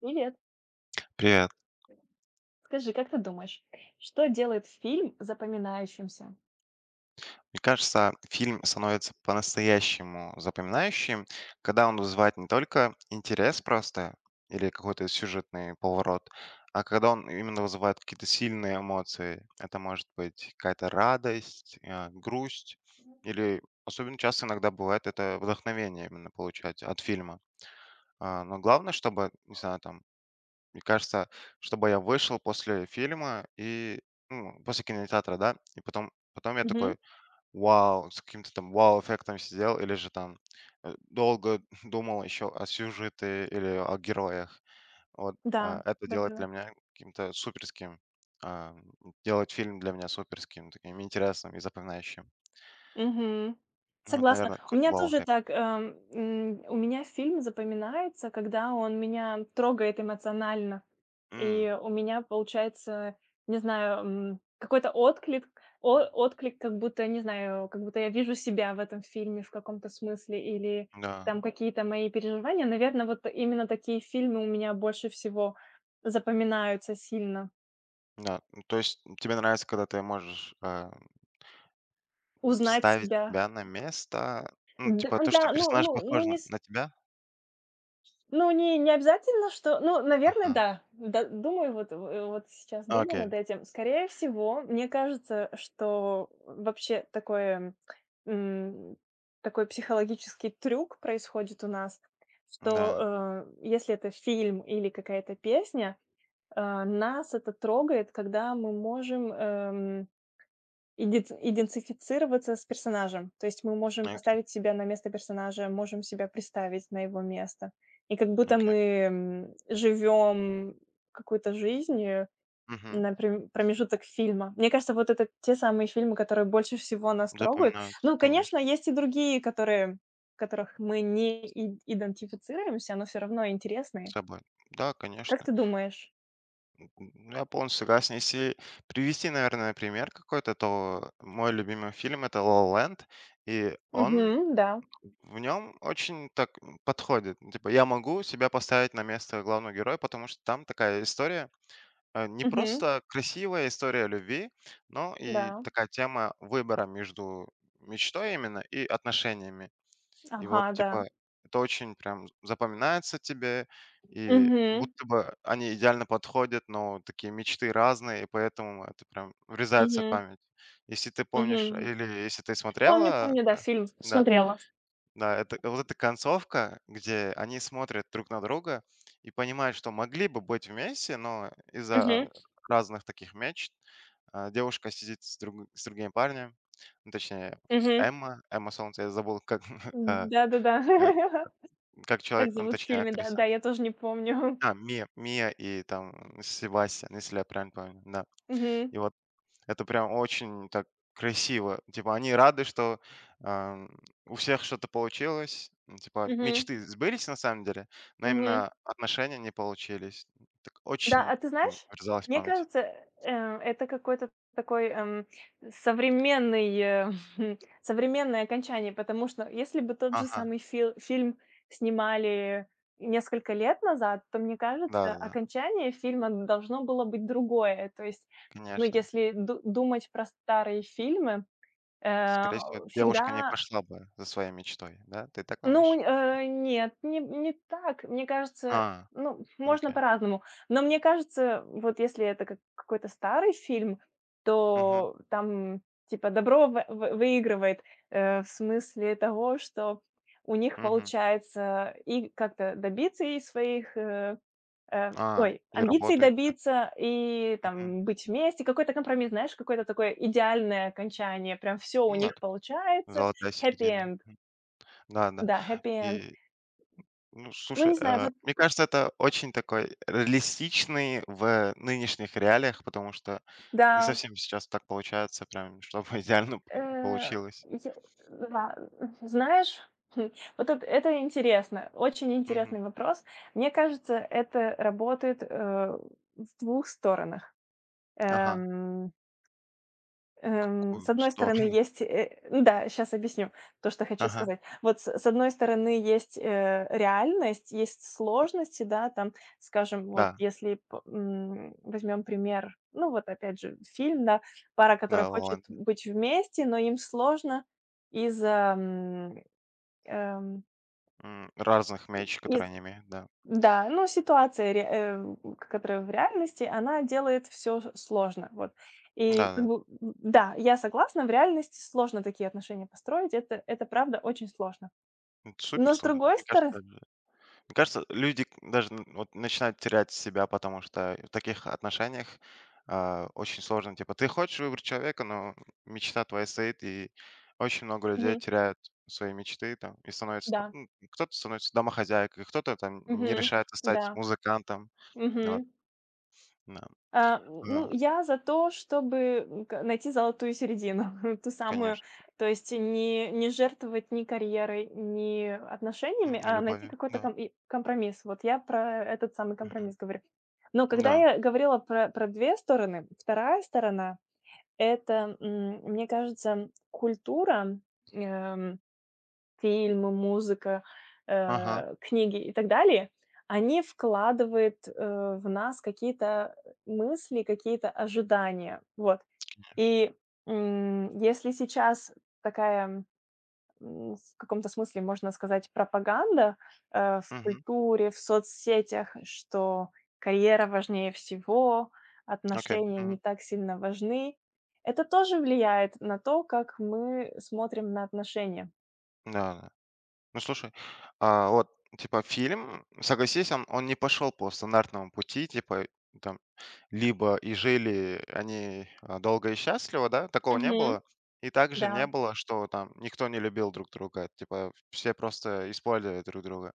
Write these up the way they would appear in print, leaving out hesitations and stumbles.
Привет. Привет. Скажи, как ты думаешь, что делает фильм запоминающимся? Мне кажется, фильм становится по-настоящему запоминающим, когда он вызывает не только интерес просто или какой-то сюжетный поворот, а когда он именно вызывает какие-то сильные эмоции. Это может быть какая-то радость, грусть или особенно часто иногда бывает это вдохновение именно получать от фильма. Но главное, чтобы, не знаю, там, мне кажется, чтобы я вышел после фильма и ну, после кинотеатра, да, и потом я Мгм. такой, вау, с каким-то там вау-эффектом сидел или же там, долго думал еще о сюжете или о героях. Вот, Да. Это делает Да-да-да. для меня каким-то суперским, а, делает фильм для меня суперским, таким интересным и запоминающим. Мгм. Ну вот, Согласна. наверное, У какой-то меня тоже вау-эффект. так, у меня фильм запоминается, когда он меня трогает эмоционально. М, И у меня получается, не знаю, какой-то отклик, отклик, как будто, не знаю, как будто я вижу себя в этом фильме в каком-то смысле, или да, там какие-то мои переживания. Наверное, вот именно такие фильмы у меня больше всего запоминаются сильно. да. Ну, то есть тебе нравится, когда ты можешь, Узнать ставить себя. себя на место, ну, Да, типа то, что да, ну, персонаж ну, ну похож на не, на тебя? ну, не обязательно, что ну, наверное, Ага. да. Да, думаю, вот в вот сейчас думаю над Окей, этим. Скорее всего, мне кажется, что вообще такое, м, такой психологический трюк происходит у нас, что, да, если это фильм или какая-то песня, нас это трогает, когда мы можем, Идец идентифицироваться с персонажем. То есть мы можем окей, поставить себя на место персонажа, можем себя представить на его место. И как будто мы, окей. Живем какой-то жизнью Мгм. на прем промежуток фильма. Мне кажется, вот это те самые фильмы, которые больше всего нас трогают. Запоминается, Ну, конечно, конечно. есть и другие, которые в которых мы не идентифицируемся, но все равно интересные. Собой. Да, Как конечно. ты думаешь? Я полностью согласен. Если привести, наверное, пример какой-то, то мой любимый фильм это La La Land, и он Мгм, да. в нем очень так подходит. Типа я могу себя поставить на место главного героя, потому что там такая история, не Мгм, просто красивая история любви, но и да. такая тема выбора между мечтой именно и отношениями. И Ага, вот, да. типа, это очень прям запоминается тебе, и Мгм, будто бы они идеально подходят, но такие мечты разные, и поэтому это прям врезается в мгм, память. Если ты помнишь, или если ты Помню смотрела, помню, да, фильм да, смотрела. да, это вот эта концовка, где они смотрят друг на друга и понимают, что могли бы быть вместе, но Мгм, из-за разных таких мечт девушка сидит с другим парнем, ну, точнее, мгм. Эмма, Эмма Солнце, я забыл, как, э, Да-да-да. э, как Как человек, ну, зовут в точнее, фильме? Да, актриса. да, я тоже не помню. Мия Мия и там Себастьян, если я правильно помню, да. Мгм, И вот это прям очень так красиво. Типа они рады, что, ам, у всех что-то получилось. Ну, типа мгм, мечты сбылись на самом деле, но мгм. именно отношения не получились. Так Да, оченьа ты знаешь, врезалось в мне память. кажется, э, это какой-то такой, современный, э, современное окончание, потому что если бы тот же Ага, самый фильм снимали несколько лет назад, то, мне кажется, да-да-да, окончание фильма должно было быть другое. То есть, ну, конечно. если ду думать про старые фильмы, э, Скорее всего, девушка не всегда пошла бы за своей мечтой, да? Ты так ну, думаешь? Нет, не так. Мне кажется, А, ну, можно окей. по-разному. Но мне кажется, вот если это как какой-то старый фильм, Мгм, то там типа добро вы выигрывает, в смысле того, что у них мгм. получается и как-то добиться и своих, А, ой, и амбиций работает так. добиться, и там быть вместе. Какой-то компромисс, знаешь, какое-то такое идеальное окончание. Прям все у Ну да, них так получается. золотая Happy середина. end. Мгм. Да, да. Да, happy end. И, ну, Ну, слушай, не знаю, вот мне кажется, это очень такой реалистичный в нынешних реалиях, потому что не да, совсем сейчас так получается, прям, чтобы идеально п- э, получилось. я да, знаешь, хм, вот это интересно, очень Мгм. интересный вопрос. Мне кажется, это работает, в двух сторонах. Ага. Эм. С Какую одной стороны, сторону? есть, ну да, сейчас объясню то, что хочу Ага. сказать. Вот с одной стороны, есть, реальность, есть сложности, да, там, скажем, вот Да, если возьмем пример, ну вот опять же фильм, да, пара, которая да, хочет Лоланда. быть вместе, но им сложно из-за, м, эм, Разных и мячей, из которые они имеют, да. да, ну, ситуация, которая в реальности, она делает все сложно, вот. Да, И как да. бы, да, я согласна, в реальности сложно такие отношения построить, это правда очень сложно. Это Но супер с сложно. другой Мне стороны. кажется, Мне кажется, люди даже вот начинают терять себя, потому что в таких отношениях очень сложно. Типа, ты хочешь выбрать человека, но мечта твоя стоит, и очень много людей Мгм. теряют свои мечты там и становятся там, Да. ну, кто-то становится домохозяйкой, кто-то там не Мгм. решается стать Да. музыкантом. Вот, Мгм. да. А, ну, А, я за то, чтобы, м, к найти золотую середину, ту самую. конечно. То есть не жертвовать ни карьерой, ни отношениями, а найти Любовью. какой-то Да. компромисс. Вот я про этот самый Мгм. компромисс говорю. Но когда Да. я говорила про 2 стороны, вторая сторона — это, мне кажется, культура, эм фильмы, музыка, Ага. Книги и так далее, они вкладывают, в нас какие-то мысли, какие-то ожидания. Вот. И, если сейчас такая, в каком-то смысле, можно сказать, пропаганда, в Мгм. культуре, в соцсетях, что карьера важнее всего, Окей. отношения не Мгм. так сильно важны, это тоже влияет на то, как мы смотрим на отношения. Да. Да. Ну, слушай, вот, типа, фильм, согласись, он не пошел по стандартному пути, типа, там, либо и жили они долго и счастливо, да, такого не было. И также не Да, было, что там никто не любил друг друга, типа, все просто использовали друг друга.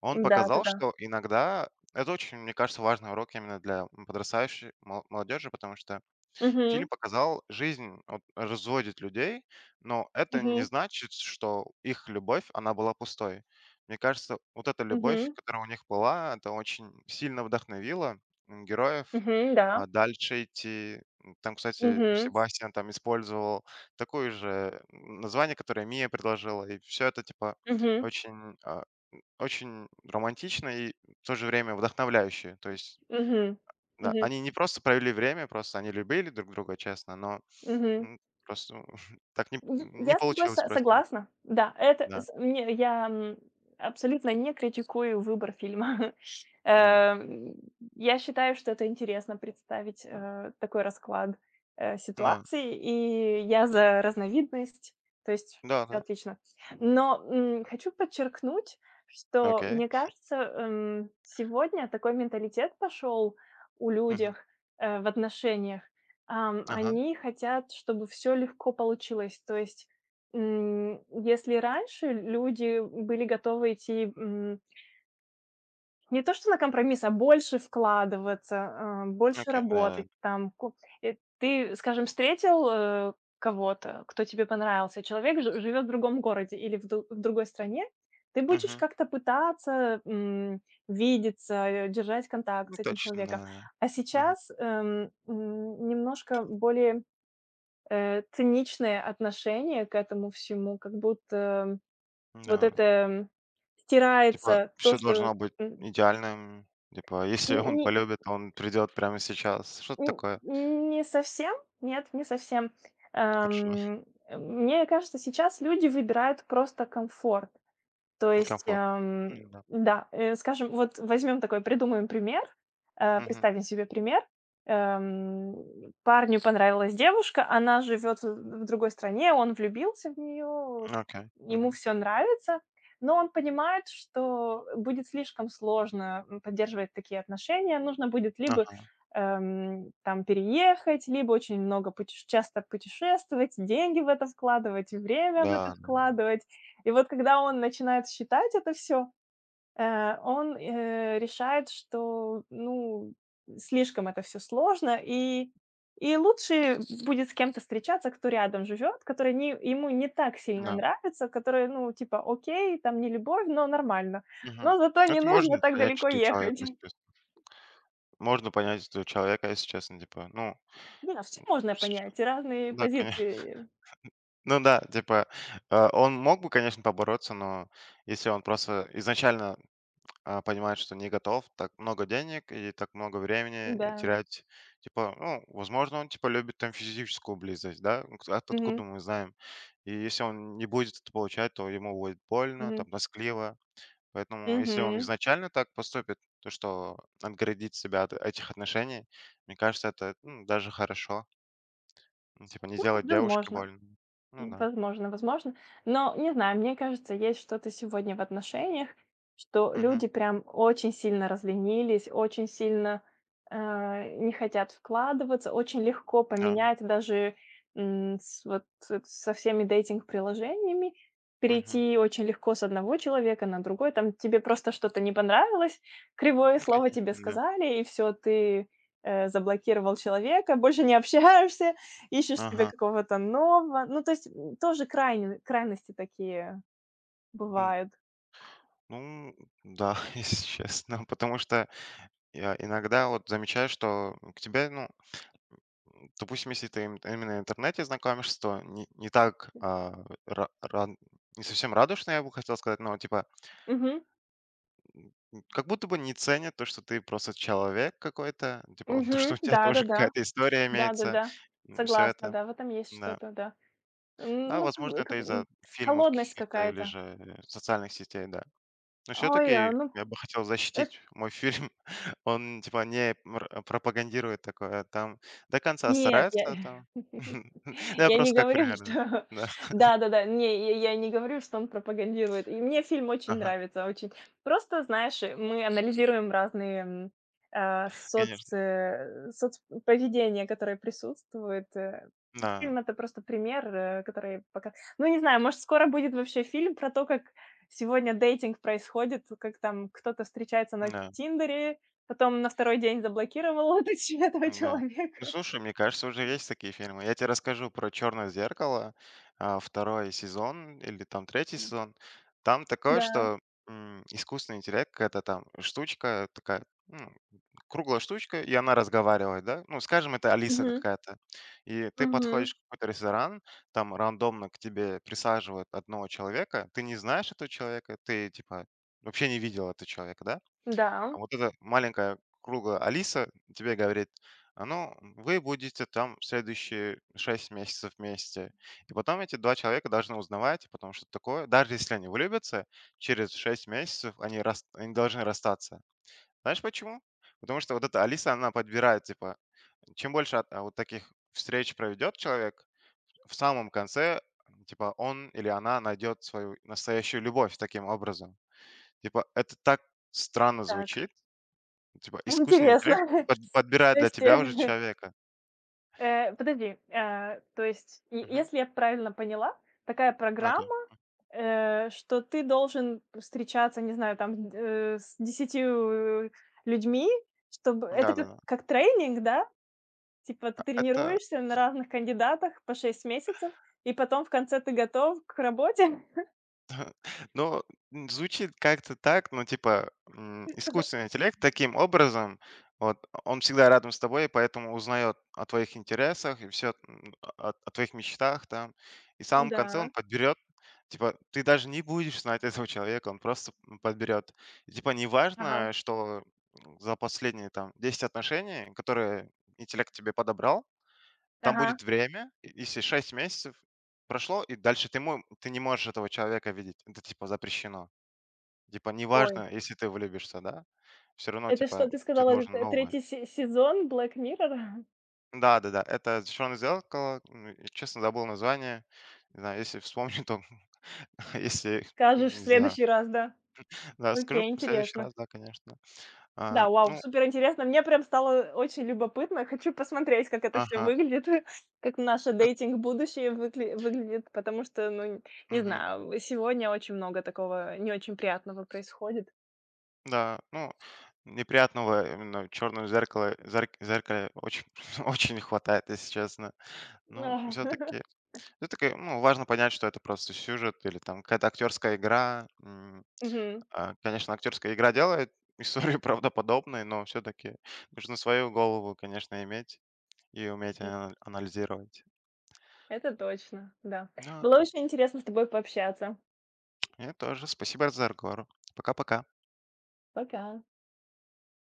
Он показал, да-да-да. что иногда это очень, мне кажется, важный урок именно для подрастающей молодежи, потому что Мгм, фильм показал, жизнь вот разводит людей, но это не мгм, значит, что их любовь, она была пустой. Мне кажется, вот эта любовь, мгм, которая у них была, это очень сильно вдохновило героев мгм, да. Дальше идти. Там, кстати, Мгм, Себастьян там использовал такое же название, которое Мия предложила, и все это типа мгм, очень очень романтично и в то же время вдохновляюще. То есть мгм, да, мгм, они не просто провели время, просто они любили друг друга, честно, но, мгм. м, просто так не Й не я с тобой получилось со просто у них. согласна. Да, это Да. с мне я, м, абсолютно не критикую выбор фильма. М, Эм, я считаю, что это интересно представить, такой расклад, да. ситуации, и я за разновидность, то есть всё Да-да. отлично. Но, хочу подчеркнуть, что, Окей. мне кажется, сегодня такой менталитет пошел у Мгм. людях, в отношениях. Ага. Они хотят, чтобы все легко получилось. То есть, если раньше люди были готовы идти, не то что на компромисс, а больше вкладываться, больше Окей, работать да-да. там. Ты, скажем, встретил, кого-то, кто тебе понравился, человек ж живет в другом городе или в другой стране, ты будешь Мгм. как-то пытаться, видеться, держать контакт Ну, с этим точно, человеком. да. А Да. Мгм. сейчас, немножко более циничное отношение к этому всему, как будто вот Да. это Типа стирается то, все что должно быть м, идеальным. Типа если он не полюбит, он придет прямо сейчас. Что-то не такое. не совсем, нет, не совсем. Хорошо. Ам, мне кажется, сейчас люди выбирают просто комфорт. То есть, Некомфортно. М-да. да, скажем, вот возьмем такой, придумаем пример, Мгм. представим себе пример. Парню понравилась девушка, она живет в другой стране, он влюбился в нее, Окей. ему Мгм. все нравится, но он понимает, что будет слишком сложно поддерживать такие отношения, нужно будет либо Ага. Там переехать, либо очень много часто путешествовать, деньги в это вкладывать, время в это Да, да. вкладывать. И вот когда он начинает считать это все, он, решает, что, ну, слишком это все сложно, и лучше будет с кем-то встречаться, кто рядом живет, который не ему не так сильно Да. нравится, который, ну, типа, окей, там не любовь, но нормально. Мгм. Но зато не Это можно нужно так понять, далеко что у человека. ехать. Можно понять этого человека, если честно, типа, ну, Не, все можно сч понять, и разные да, конечно. позиции. Ну да, типа, он мог бы, конечно, побороться, но если он просто изначально, понимает, что не готов, так много денег и так много времени Да. терять, типа, ну, возможно, он, типа, любит там физическую близость, да, ну, от Мгм. откуда мы знаем. И если он не будет это получать, то ему будет больно, Мгм. там, тоскливо. Поэтому, если он Мгм. изначально так поступит, то что отгородить себя от этих отношений, мне кажется, это, ну, даже хорошо. Ну, типа не Ну, делать девушке возможно. больно. Ну да. Возможно, возможно. Но не знаю, мне кажется, есть что-то сегодня в отношениях, что Мгм. люди прям очень сильно разленились, очень сильно не хотят вкладываться, очень легко Да. поменять даже вот, со всеми дейтинг-приложениями, Мгм. перейти очень легко с одного человека на другой, там тебе просто что-то не понравилось, кривое Ну, слово конечно, тебе да. сказали, и все, ты заблокировал человека, больше не общаешься, ищешь себе Ага. какого-то нового. Ну, то есть, тоже крайне крайности такие М, бывают. ну да, если честно. Потому что я иногда вот замечаю, что к тебе, ну, допустим, если ты именно в интернете знакомишься, то не так ра- ран- не совсем радушно, я бы хотел сказать, но типа Мгм. Как будто бы не ценят то, что ты просто человек какой-то, ну, типа вот то, что Мгм. у тебя тоже Да-да-да. какая-то история имеется, Да-да-да. все Согласна, это, да, в этом есть да. что-то, да. М, Да, ну, как бы возможно, как, это бы, м, из-за фильмов холодность каких-то или какая-то. же, социальных сетей, да. Но все Ой, а, таки ну, я бы хотел э защитить мой фильм. Он типа не мр пропагандирует такое, а там до конца Нет, я старается там. Да, я не просто как говорю, примерно. что Да, да-да-да, не, я не говорю, что он пропагандирует. И мне фильм очень ага, нравится, очень. Просто, знаешь, мы анализируем разные, соц конечно, э, соцповедения, которые присутствуют. Э, да, фильм- это просто пример, который пока. Ну, не знаю, может, скоро будет вообще фильм про то, как сегодня дейтинг происходит, как там кто-то встречается на да. "Тиндере", потом на второй день заблокировал этого Да. Ну, человека. слушай, мне кажется, уже есть такие фильмы. Я тебе расскажу про «Черное зеркало», второй сезон или там третий сезон. Там такое, Да. что искусственный интеллект, какая-то там штучка, такая ну, круглая штучка, и она разговаривает, да? Ну, скажем, это Алиса Мгм. какая-то. И ты Мгм. подходишь в какой-то ресторан, там рандомно к тебе присаживают одного человека, ты не знаешь этого человека, ты, типа, вообще не видел этого человека, да? Да. А вот эта маленькая круглая Алиса тебе говорит: «А, ну, вы будете там следующие 6 месяцев вместе». И потом эти 2 человека должны узнавать потом, что такое. Даже если они влюбятся, через 6 месяцев они рас они должны расстаться. Знаешь почему? Потому что вот эта Алиса, она подбирает, типа, чем больше вот таких встреч проведет человек, в самом конце, типа, он или она найдет свою настоящую любовь таким образом. Типа, это так странно Так, звучит. Типа искусственный интересно. интеллект подбирает То для есть, тебя уже человека. Подожди, то есть, е Мгм. если я правильно поняла, такая Окей. программа, что ты должен встречаться, не знаю, там, с десятью людьми, чтобы это как Да-да-да. как тренинг, да? Типа ты Это, тренируешься на разных кандидатах по 6 месяцев, и потом в конце ты готов к работе? ну, звучит как-то так, но типа, искусственный интеллект таким образом, вот он всегда рядом с тобой, и поэтому узнает о твоих интересах и все, о твоих мечтах там. И в самом конце он Да. подберет, типа, ты даже не будешь знать этого человека, он просто, подберет. И типа Ага, неважно, что, за последние там 10 отношений, которые интеллект тебе подобрал. Там ага. будет время, и если 6 месяцев прошло, и дальше ты мо ты не можешь этого человека видеть. Это, типа, запрещено. Типа, Ой. неважно, если ты влюбишься, да, все равно, Это что, типа, ты ты сказала, это должен т новое. третий се сезон Black Mirror? Да-да-да, это черное зеркало". И честно, забыл название. Не знаю, если вспомню, то если Скажешь в не знаю. следующий раз, да? Да, скажу Окей, в следующий интересно. раз, да, конечно. Да, А, вау, ну, супер интересно. Мне прям стало очень любопытно. Хочу посмотреть, как это все ага, выглядит, как наше эт дейтинг будущее выкли выглядит, потому что, ну, не мгм. знаю, сегодня очень много такого не очень приятного происходит. Да, ну, неприятного именно в "Черном зеркало" зеркале очень очень не хватает, если честно. Ну, Да. все-таки все-таки, ну, важно понять, что это просто сюжет или там какая-то актерская игра. М, Мгм. а, конечно, актерская игра делает историю правдоподобной, но все-таки нужно свою голову, конечно, иметь и уметь анализировать. Это точно, да. Да, Было очень интересно с тобой пообщаться. мне тоже. Спасибо за разговор. Пока-пока. Пока.